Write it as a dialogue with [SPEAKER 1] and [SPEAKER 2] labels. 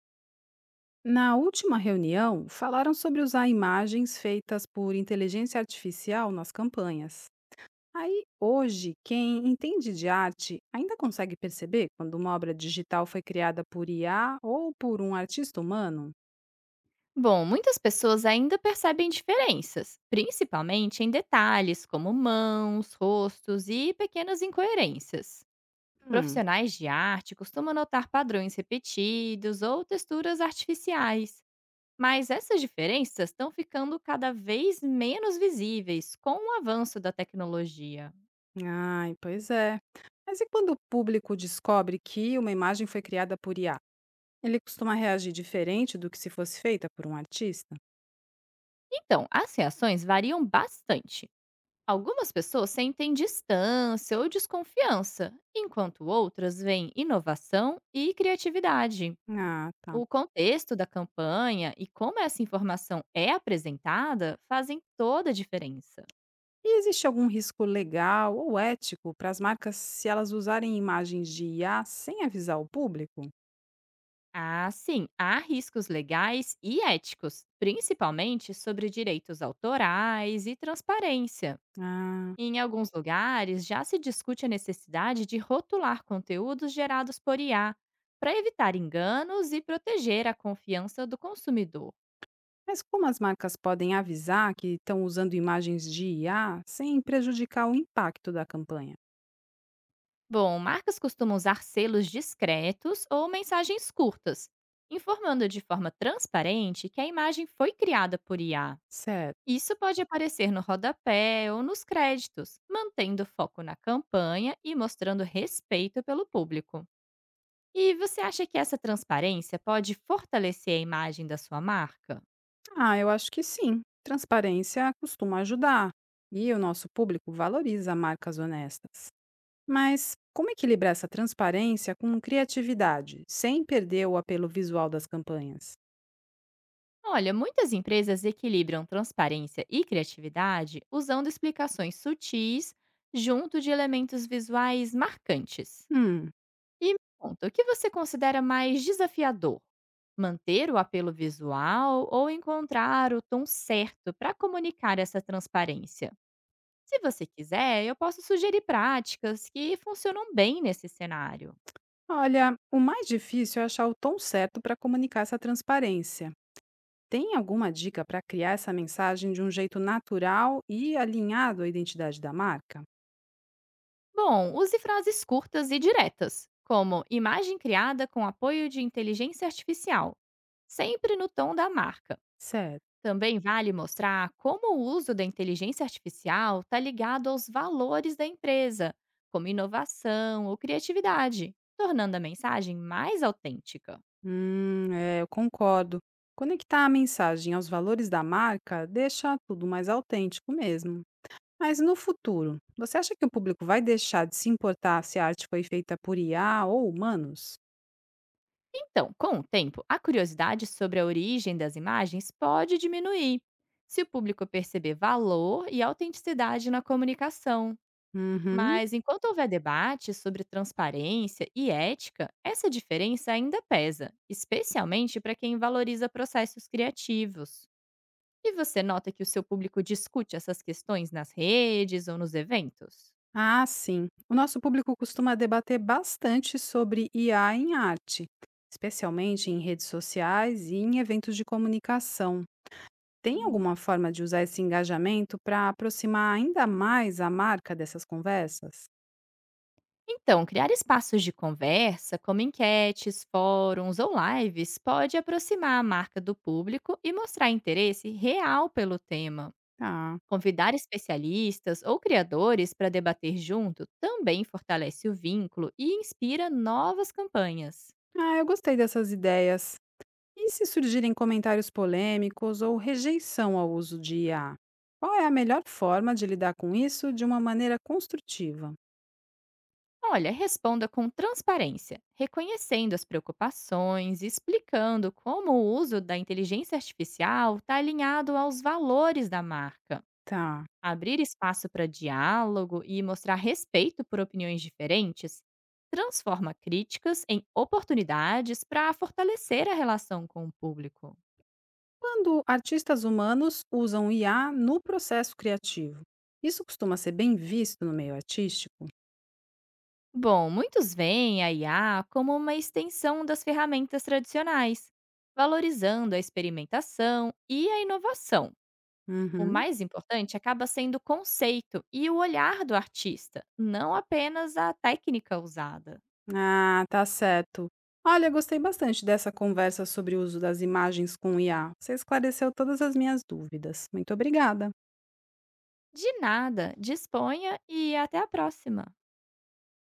[SPEAKER 1] Na última reunião, falaram sobre usar imagens feitas por inteligência artificial nas campanhas. Aí, hoje, quem entende de arte ainda consegue perceber quando uma obra digital foi criada por IA ou por um artista humano?
[SPEAKER 2] Bom, muitas pessoas ainda percebem diferenças, principalmente em detalhes como mãos, rostos e pequenas incoerências.
[SPEAKER 1] Hum,
[SPEAKER 2] Profissionais de arte costumam notar padrões repetidos ou texturas artificiais, mas essas diferenças estão ficando cada vez menos visíveis com o avanço da tecnologia.
[SPEAKER 1] ai, pois é. Mas e quando o público descobre que uma imagem foi criada por IA? Ele costuma reagir diferente do que se fosse feita por um artista?
[SPEAKER 2] Então, as reações variam bastante. Algumas pessoas sentem distância ou desconfiança, enquanto outras veem inovação e criatividade.
[SPEAKER 1] Ah, tá.
[SPEAKER 2] O contexto da campanha e como essa informação é apresentada fazem toda a diferença.
[SPEAKER 1] E existe algum risco legal ou ético para as marcas se elas usarem imagens de IA sem avisar o público?
[SPEAKER 2] Ah, sim, há riscos legais e éticos, principalmente sobre direitos autorais e transparência.
[SPEAKER 1] Ah,
[SPEAKER 2] Em alguns lugares, já se discute a necessidade de rotular conteúdos gerados por IA, para evitar enganos e proteger a confiança do consumidor.
[SPEAKER 1] mas como as marcas podem avisar que estão usando imagens de IA sem prejudicar o impacto da campanha?
[SPEAKER 2] Bom, marcas costumam usar selos discretos ou mensagens curtas, informando de forma transparente que a imagem foi criada por IA.
[SPEAKER 1] Certo.
[SPEAKER 2] Isso pode aparecer no rodapé ou nos créditos, mantendo o foco na campanha e mostrando respeito pelo público. E você acha que essa transparência pode fortalecer a imagem da sua marca?
[SPEAKER 1] Ah, eu acho que sim. Transparência costuma ajudar e o nosso público valoriza marcas honestas. Mas como equilibrar essa transparência com criatividade, sem perder o apelo visual das campanhas?
[SPEAKER 2] Olha, muitas empresas equilibram transparência e criatividade usando explicações sutis junto de elementos visuais marcantes.
[SPEAKER 1] Hum.
[SPEAKER 2] E me conta, o que você considera mais desafiador? Manter o apelo visual ou encontrar o tom certo para comunicar essa transparência? Se você quiser, eu posso sugerir práticas que funcionam bem nesse cenário.
[SPEAKER 1] Olha, o mais difícil é achar o tom certo para comunicar essa transparência. Tem alguma dica para criar essa mensagem de um jeito natural e alinhado à identidade da marca?
[SPEAKER 2] Bom, use frases curtas e diretas, como imagem criada com apoio de inteligência artificial, sempre no tom da marca.
[SPEAKER 1] Certo.
[SPEAKER 2] Também vale mostrar como o uso da inteligência artificial está ligado aos valores da empresa, como inovação ou criatividade, tornando a mensagem mais autêntica.
[SPEAKER 1] É, eu concordo. Conectar a mensagem aos valores da marca deixa tudo mais autêntico mesmo. Mas no futuro, você acha que o público vai deixar de se importar se a arte foi feita por IA ou humanos?
[SPEAKER 2] Então, com o tempo, a curiosidade sobre a origem das imagens pode diminuir, se o público perceber valor e autenticidade na comunicação.
[SPEAKER 1] Uhum.
[SPEAKER 2] Mas enquanto houver debate sobre transparência e ética, essa diferença ainda pesa, especialmente para quem valoriza processos criativos. E você nota que o seu público discute essas questões nas redes ou nos eventos?
[SPEAKER 1] Ah, sim. O nosso público costuma debater bastante sobre IA em arte, especialmente em redes sociais e em eventos de comunicação. Tem
[SPEAKER 2] Hum,
[SPEAKER 1] alguma forma de usar esse engajamento para aproximar ainda mais a marca dessas conversas?
[SPEAKER 2] Então, criar espaços de conversa, como enquetes, fóruns ou lives, pode aproximar a marca do público e mostrar interesse real pelo tema.
[SPEAKER 1] Ah,
[SPEAKER 2] Convidar especialistas ou criadores para debater junto também fortalece o vínculo e inspira novas campanhas.
[SPEAKER 1] ah, eu gostei dessas ideias. E se surgirem comentários polêmicos ou rejeição ao uso de IA? Qual é a melhor forma de lidar com isso de uma maneira construtiva?
[SPEAKER 2] Olha, responda com transparência, reconhecendo as preocupações e explicando como o uso da inteligência artificial está alinhado aos valores da marca.
[SPEAKER 1] Tá.
[SPEAKER 2] Abrir espaço para diálogo e mostrar respeito por opiniões diferentes transforma críticas em oportunidades para fortalecer a relação com o público.
[SPEAKER 1] Quando artistas humanos usam IA no processo criativo, isso costuma ser bem visto no meio artístico?
[SPEAKER 2] Bom, muitos veem a IA como uma extensão das ferramentas tradicionais, valorizando a experimentação e a inovação. O
[SPEAKER 1] Uhum.
[SPEAKER 2] mais importante acaba sendo o conceito e o olhar do artista, não apenas a técnica usada.
[SPEAKER 1] Ah, tá certo. Olha, gostei bastante dessa conversa sobre o uso das imagens com IA. Você esclareceu todas as minhas dúvidas. Muito obrigada.
[SPEAKER 2] De nada, disponha e até a próxima!